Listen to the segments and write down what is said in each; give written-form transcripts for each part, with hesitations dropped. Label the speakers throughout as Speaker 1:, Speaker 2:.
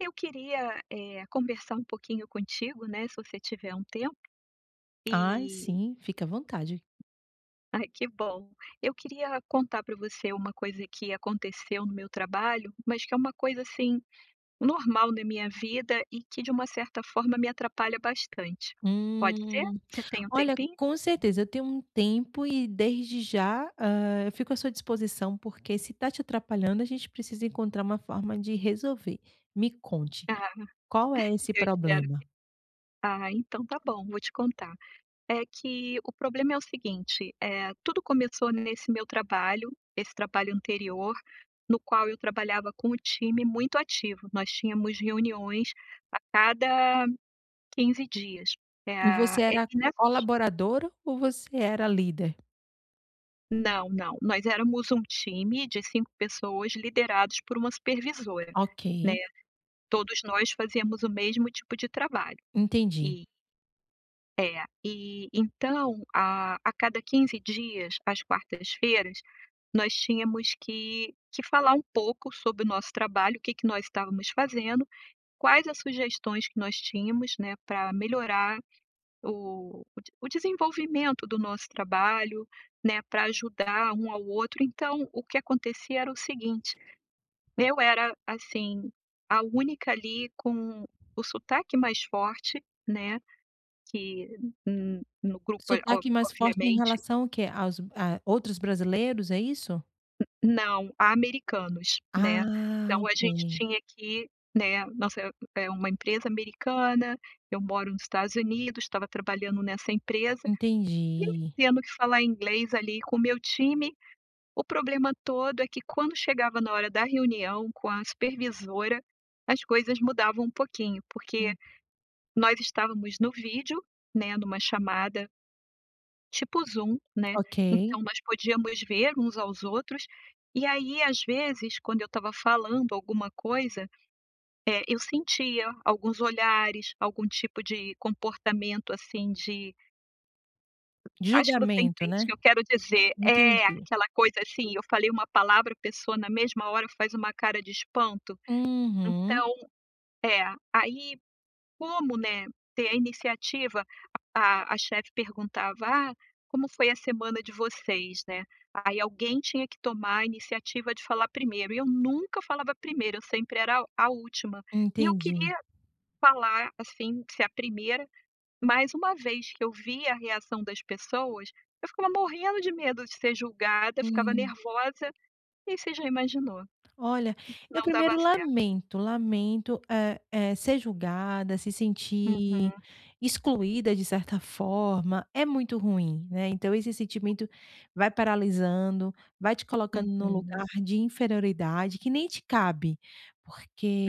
Speaker 1: Eu queria, conversar um pouquinho contigo, né, se você tiver um tempo,
Speaker 2: Ai,
Speaker 1: e
Speaker 2: sim, fica à vontade.
Speaker 1: ai, que bom. Eu queria contar para você uma coisa que aconteceu no meu trabalho, mas que é uma coisa, assim, normal na minha vida e que de uma certa forma me atrapalha bastante. Pode ser?
Speaker 2: Hum,
Speaker 1: Você tem um
Speaker 2: olha,
Speaker 1: tempinho?
Speaker 2: com certeza, eu tenho um tempo e desde já, eu fico à sua disposição, porque se está te atrapalhando, a gente precisa encontrar uma forma de resolver. Me conte,
Speaker 1: Ah,
Speaker 2: qual é esse
Speaker 1: eu espero.
Speaker 2: problema?
Speaker 1: Ah, então tá bom, vou te contar. É que o problema é o seguinte, é tudo começou nesse meu trabalho, esse trabalho anterior, no qual eu trabalhava com o time muito ativo. Nós tínhamos reuniões a cada 15 dias. Eh,
Speaker 2: E você
Speaker 1: é
Speaker 2: era
Speaker 1: que nessas
Speaker 2: colaboradora ou você era líder?
Speaker 1: Não, não. Nós éramos um time de 5 pessoas liderados por uma supervisora,
Speaker 2: Ok,
Speaker 1: né. Todos nós fazíamos o mesmo tipo de trabalho.
Speaker 2: entendi.
Speaker 1: E então, a cada 15 dias, às quartas-feiras, nós tínhamos que falar um pouco sobre o nosso trabalho, o que que nós estávamos fazendo, quais as sugestões que nós tínhamos, né, para melhorar o desenvolvimento do nosso trabalho, né, para ajudar um ao outro. Então, o que acontecia era o seguinte, eu era, assim, a única ali com o sotaque mais forte, né, que n no grupo, eh, ob
Speaker 2: Sotaque mais forte em
Speaker 1: obviamente
Speaker 2: relação ao quê? Aos a outros brasileiros, é isso?
Speaker 1: não, há americanos, né.
Speaker 2: Ah,
Speaker 1: Então a
Speaker 2: ok,
Speaker 1: gente tinha que, né, nossa é uma empresa americana, eu moro nos Estados Unidos, estava trabalhando nessa empresa,
Speaker 2: entendi.
Speaker 1: tendo que falar inglês ali com o meu time. O problema todo é que quando chegava na hora da reunião com a supervisora, as coisas mudavam um pouquinho, porque
Speaker 2: Hum,
Speaker 1: nós estávamos no vídeo, né, numa chamada tipo Zoom, né.
Speaker 2: ok.
Speaker 1: Então nós podíamos ver uns aos outros, e aí às vezes quando eu estava falando alguma coisa, eu sentia alguns olhares, algum tipo de comportamento, assim, de
Speaker 2: De
Speaker 1: acho que você
Speaker 2: julgamento,
Speaker 1: entende o
Speaker 2: né?
Speaker 1: que eu quero dizer. É,
Speaker 2: Entendi.
Speaker 1: aquela coisa assim, eu falei uma palavra, a pessoa na mesma hora faz uma cara de espanto.
Speaker 2: Uhum,
Speaker 1: Então é, aí Como, né, ter a iniciativa, a chefe perguntava: "Ah, como foi a semana de vocês?", né, aí alguém tinha que tomar a iniciativa de falar primeiro, e eu nunca falava primeiro, eu sempre era a última. E eu
Speaker 2: entendi.
Speaker 1: queria falar, assim, ser a primeira, mas uma vez que eu via a reação das pessoas, eu ficava morrendo de medo de ser julgada, ficava
Speaker 2: Hum.
Speaker 1: nervosa, e aí você já imaginou,
Speaker 2: Olha, eu
Speaker 1: não dava
Speaker 2: primeiro
Speaker 1: certo.
Speaker 2: lamento, lamento, ser julgada, se
Speaker 1: Uhum,
Speaker 2: sentir excluída de certa forma, é muito ruim, né, então esse sentimento vai paralisando, vai te colocando num
Speaker 1: uhum,
Speaker 2: lugar de inferioridade que nem te cabe,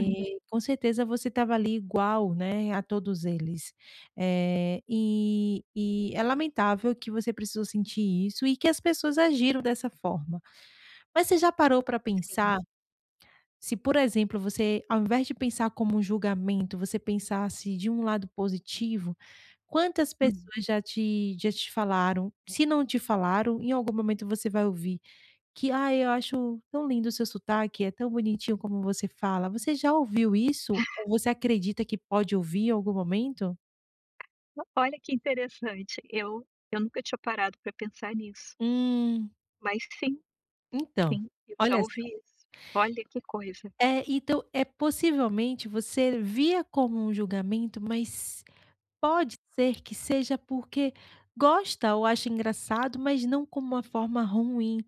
Speaker 1: uhum,
Speaker 2: com certeza você estava ali igual, né, a todos eles. E é lamentável que você precisou sentir isso e que as pessoas agiram dessa forma. Mas você já parou para pensar
Speaker 1: sim,
Speaker 2: se, por exemplo, você, ao invés de pensar como um julgamento, você pensasse de um lado positivo, quantas
Speaker 1: hum.
Speaker 2: pessoas já te falaram, se não te falaram, em algum momento você vai ouvir que: "Ah, eu acho tão lindo o seu sotaque, é tão bonitinho como você fala". Você já ouviu isso ou você acredita que pode ouvir em algum momento?
Speaker 1: Olha que interessante, eu nunca tinha parado para pensar nisso,
Speaker 2: Hum,
Speaker 1: mas sim,
Speaker 2: então,
Speaker 1: sim, eu já
Speaker 2: olha
Speaker 1: ouvi
Speaker 2: só.
Speaker 1: isso. Olha que coisa.
Speaker 2: É, então, é possivelmente você via como um julgamento, mas pode ser que seja porque gosta ou acha engraçado, mas não como uma forma ruim.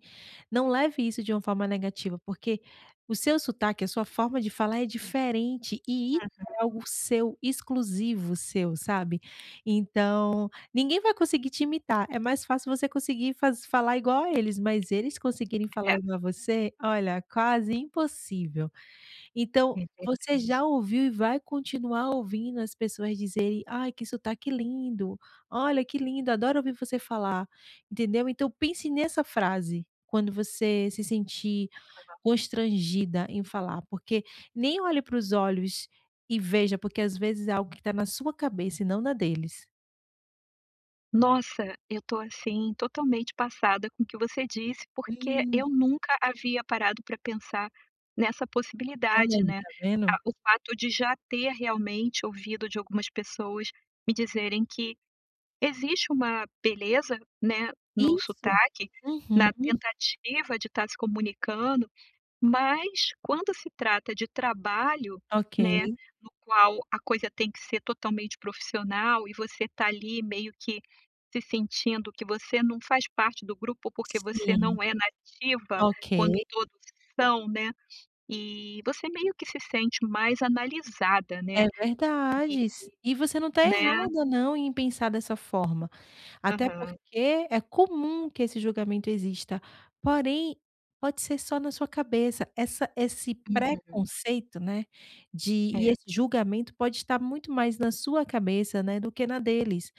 Speaker 2: Não leve isso de uma forma negativa, porque o seu sotaque, a sua forma de falar é diferente e isso é algo seu, exclusivo seu, sabe. Então, ninguém vai conseguir te imitar, é mais fácil você conseguir faz falar igual a eles, mas eles conseguirem falar
Speaker 1: É,
Speaker 2: igual a você, olha, quase impossível. Então,
Speaker 1: é
Speaker 2: você
Speaker 1: verdade.
Speaker 2: já ouviu e vai continuar ouvindo as pessoas dizerem: "Ai, que sotaque lindo. Olha, que lindo, adoro ouvir você falar", entendeu. Então pense nessa frase, quando você se sentir constrangida em falar, porque nem olhe para os olhos e veja, porque às vezes é algo que está na sua cabeça e não na deles.
Speaker 1: Nossa, eu tô, assim, totalmente passada com o que você disse, porque
Speaker 2: Hum.
Speaker 1: eu nunca havia parado para pensar nessa
Speaker 2: Olha
Speaker 1: possibilidade,
Speaker 2: aí,
Speaker 1: né.
Speaker 2: tá
Speaker 1: Ah,
Speaker 2: vendo.
Speaker 1: o fato de já ter realmente ouvido de algumas pessoas me dizerem que existe uma beleza, né, no
Speaker 2: Isso.
Speaker 1: sotaque,
Speaker 2: Uhum.
Speaker 1: na tentativa de estar se comunicando, mas quando se trata de trabalho, né,
Speaker 2: Ok.
Speaker 1: no qual a coisa tem que ser totalmente profissional e você está ali meio que se sentindo que você não faz parte do grupo, porque você
Speaker 2: Sim.
Speaker 1: não é nativa
Speaker 2: Ok.
Speaker 1: quando todos são, né, e você meio que se sente mais analisada, né,
Speaker 2: É verdade,
Speaker 1: e
Speaker 2: s e você não está
Speaker 1: né.
Speaker 2: errada não em pensar dessa forma, até
Speaker 1: Aham.
Speaker 2: porque é comum que esse julgamento exista, porém, pode ser só na sua cabeça, essa esse
Speaker 1: Uhum.
Speaker 2: preconceito, né, de
Speaker 1: É.
Speaker 2: e esse julgamento pode estar muito mais na sua cabeça, né, do que na deles.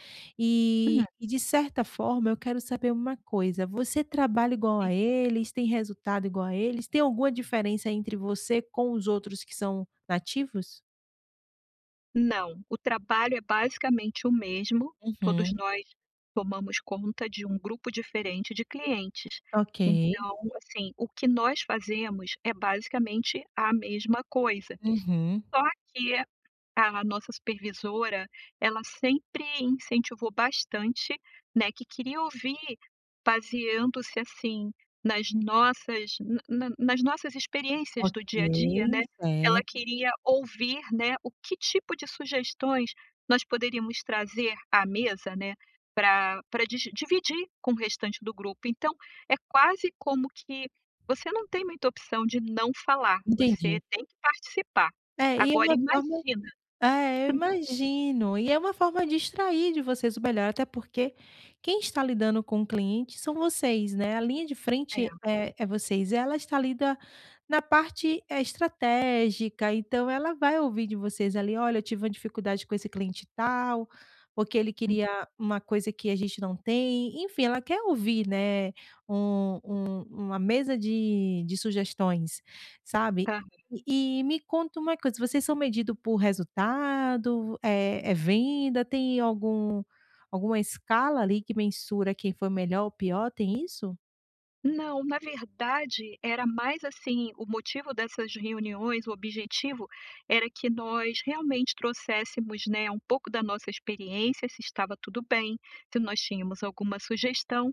Speaker 1: Hum,
Speaker 2: E
Speaker 1: sim.
Speaker 2: e de certa forma eu quero saber uma coisa, você trabalha igual a eles, tem resultado igual a eles, tem alguma diferença entre você com os outros que são nativos?
Speaker 1: Não, o trabalho é basicamente o mesmo, todos
Speaker 2: Uhum.
Speaker 1: nós tomamos conta de um grupo diferente de clientes.
Speaker 2: Ok.
Speaker 1: Então, assim, o que nós fazemos é basicamente a mesma coisa,
Speaker 2: Uhum.
Speaker 1: só que a nossa supervisora, ela sempre incentivou bastante, né, que queria ouvir baseando-se, assim, nas nossas na na nas nossas experiências do
Speaker 2: Ok,
Speaker 1: dia a dia, né. Ela
Speaker 2: certo,
Speaker 1: queria ouvir, né, o que tipo de sugestões nós poderíamos trazer à mesa, né, para dividir com o restante do grupo. Então, é quase como que você não tem muita opção de não falar, você
Speaker 2: entendi.
Speaker 1: tem que participar.
Speaker 2: É, e é
Speaker 1: Agora
Speaker 2: uma forma
Speaker 1: imagina
Speaker 2: É, eu imagino. E é uma forma de extrair de vocês o melhor, até porque quem está lidando com o cliente são vocês, né. A linha de
Speaker 1: é,
Speaker 2: frente é vocês, ela está ali na parte, estratégica, então ela vai ouvir de vocês ali: "Olha, eu tive uma dificuldade com esse cliente tal, porque ele
Speaker 1: hum,
Speaker 2: queria uma coisa que a gente não tem". Enfim, ela quer ouvir, né, uma mesa de sugestões, sabe.
Speaker 1: tá.
Speaker 2: E me conta uma coisa, vocês são medidos por resultado, é venda, tem algum alguma escala ali que mensura quem foi melhor ou pior, tem isso?
Speaker 1: Não, na verdade, era mais assim, o motivo dessas reuniões, o objetivo era que nós realmente trouxéssemos, né, um pouco da nossa experiência, se estava tudo bem, se nós tínhamos alguma sugestão,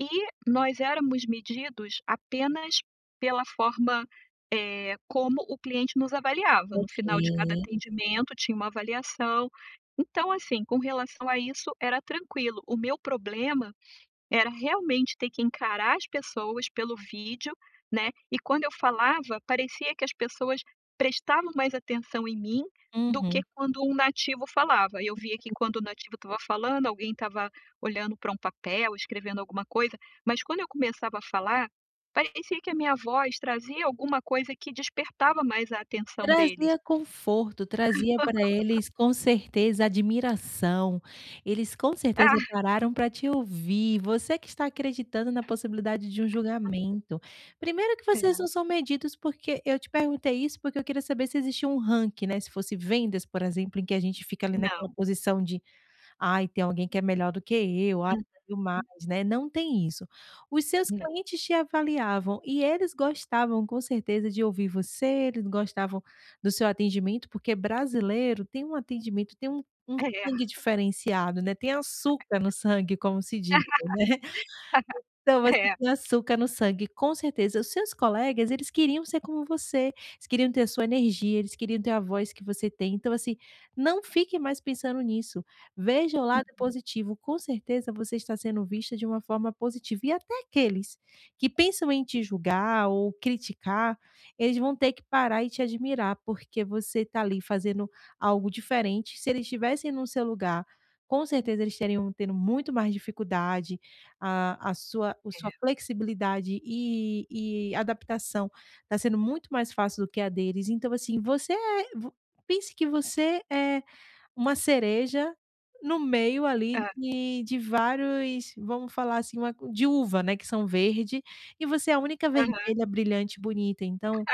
Speaker 1: e nós éramos medidos apenas pela forma, como o cliente nos avaliava. No
Speaker 2: Ok.
Speaker 1: final de cada atendimento tinha uma avaliação. Então, assim, com relação a isso era tranquilo. O meu problema era realmente ter que encarar as pessoas pelo vídeo, né, e quando eu falava, parecia que as pessoas prestavam mais atenção em mim do que
Speaker 2: Uhum.
Speaker 1: quando um nativo falava. Eu via que quando o nativo estava falando, alguém estava olhando para um papel, escrevendo alguma coisa, mas quando eu começava a falar, parecia que a minha voz trazia alguma coisa que despertava mais a atenção deles.
Speaker 2: Trazia conforto, trazia para eles, com certeza, admiração. Eles com certeza pararam para te ouvir. Você que está acreditando na possibilidade de um julgamento. Primeiro que
Speaker 1: Ah, é,
Speaker 2: vocês não são medidos, porque eu te perguntei isso, porque eu queria saber se existia um ranking, né, se fosse vendas, por exemplo, em que a gente fica ali naquela
Speaker 1: não,
Speaker 2: posição de: "Ai, tem alguém que é melhor do que eu, ai, eu mais",
Speaker 1: uhum,
Speaker 2: né, não tem isso. Os seus
Speaker 1: não.
Speaker 2: clientes te avaliavam e eles gostavam com certeza de ouvir você, eles gostavam do seu atendimento, porque brasileiro tem um atendimento, tem um
Speaker 1: É,
Speaker 2: sangue diferenciado, né, tem açúcar no sangue, como se diz, né. Então você
Speaker 1: é, é.
Speaker 2: tem açúcar no sangue, com certeza. Os seus colegas, eles queriam ser como você, eles queriam ter a sua energia, eles queriam ter a voz que você tem. Então, assim, não fique mais pensando nisso. Veja o lado positivo. Com certeza você está sendo vista de uma forma positiva. E até aqueles que pensam em te julgar ou criticar, eles vão ter que parar e te admirar, porque você está ali fazendo algo diferente. Se eles estivessem no seu lugar, com certeza eles teriam tendo muito mais dificuldade a sua o sua flexibilidade e adaptação está sendo muito mais fácil do que a deles, então, assim, você é vo pense que você é uma cereja no meio ali
Speaker 1: Hã,
Speaker 2: de vários, vamos falar assim, uma de uva, né, que são verde, e você é a única
Speaker 1: aham.
Speaker 2: vermelha, brilhante, bonita, então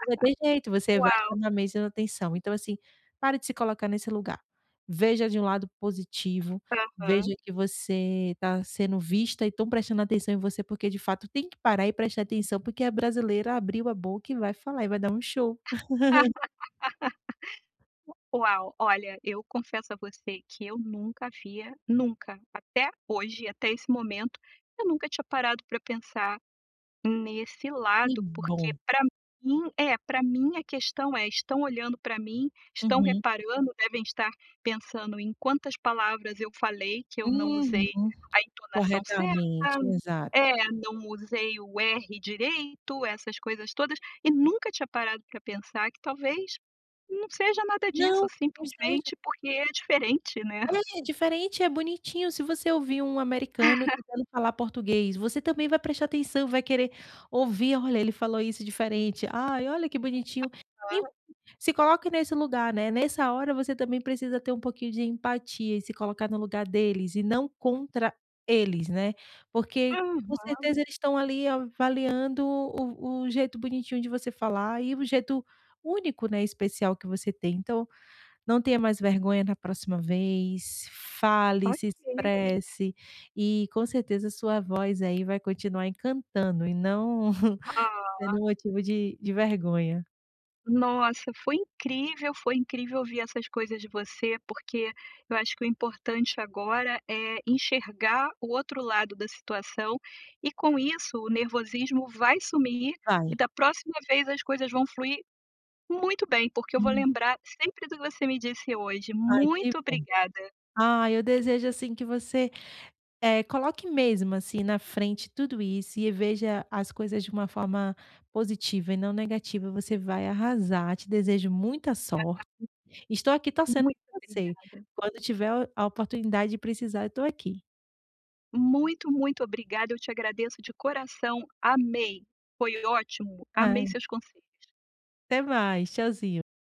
Speaker 2: não vai ter jeito, você vai
Speaker 1: Uau,
Speaker 2: chamar mesmo atenção. Então, assim, pare de se colocar nesse lugar. Veja de um lado positivo,
Speaker 1: aham.
Speaker 2: veja que você está sendo vista e estão prestando atenção em você, porque de fato tem que parar e prestar atenção, porque a brasileira abriu a boca e vai falar e vai dar um show.
Speaker 1: Uau, olha, eu confesso a você que eu nunca havia, nunca, até hoje, até esse momento, eu nunca tinha parado para pensar nesse
Speaker 2: Que
Speaker 1: lado, porque
Speaker 2: bom.
Speaker 1: para mim é, para mim a questão é: estão olhando para mim, estão
Speaker 2: Uhum.
Speaker 1: reparando, devem estar pensando em quantas palavras eu falei que eu não usei
Speaker 2: Uhum.
Speaker 1: a entonação
Speaker 2: Corretamente,
Speaker 1: certa,
Speaker 2: exato.
Speaker 1: é, não usei o R direito, essas coisas todas, e nunca tinha parado para pensar que talvez não seja nada disso,
Speaker 2: Não, não seja
Speaker 1: simplesmente porque é diferente, né.
Speaker 2: É, diferente, é bonitinho. Se você ouvir um americano tentando falar português, você também vai prestar atenção, vai querer ouvir: "Olha, ele falou isso diferente. Ai, olha que bonitinho". E
Speaker 1: Aham.
Speaker 2: se coloque nesse lugar, né. Nessa hora você também precisa ter um pouquinho de empatia e se colocar no lugar deles e não contra eles, né. Porque com
Speaker 1: Aham,
Speaker 2: certeza eles estão ali avaliando o jeito bonitinho de você falar e o jeito único, né, especial que você tem. Então não tenha mais vergonha na próxima vez, fale, se
Speaker 1: ok.
Speaker 2: expresse e com certeza sua voz aí vai continuar encantando e não
Speaker 1: Ah.
Speaker 2: sendo motivo de vergonha.
Speaker 1: Nossa, foi incrível ouvir essas coisas de você, porque eu acho que o importante agora é enxergar o outro lado da situação e com isso o nervosismo vai sumir e
Speaker 2: Vai.
Speaker 1: da próxima vez as coisas vão fluir muito bem, porque eu vou
Speaker 2: Hum,
Speaker 1: lembrar sempre do que você me disse hoje.
Speaker 2: ai que
Speaker 1: Muito
Speaker 2: bom.
Speaker 1: obrigada,
Speaker 2: Ah, eu desejo assim que você, coloque mesmo assim na frente tudo isso e veja as coisas de uma forma positiva e não negativa, você vai arrasar, te desejo muita sorte, estou aqui torcendo
Speaker 1: muito
Speaker 2: por você,
Speaker 1: obrigada.
Speaker 2: quando tiver a oportunidade de precisar eu estou aqui.
Speaker 1: Muito, muito obrigada. Eu te agradeço de coração. Amei. Foi ótimo.
Speaker 2: Ah,
Speaker 1: Amei seus conselhos.
Speaker 2: até mais. Tchauzinho.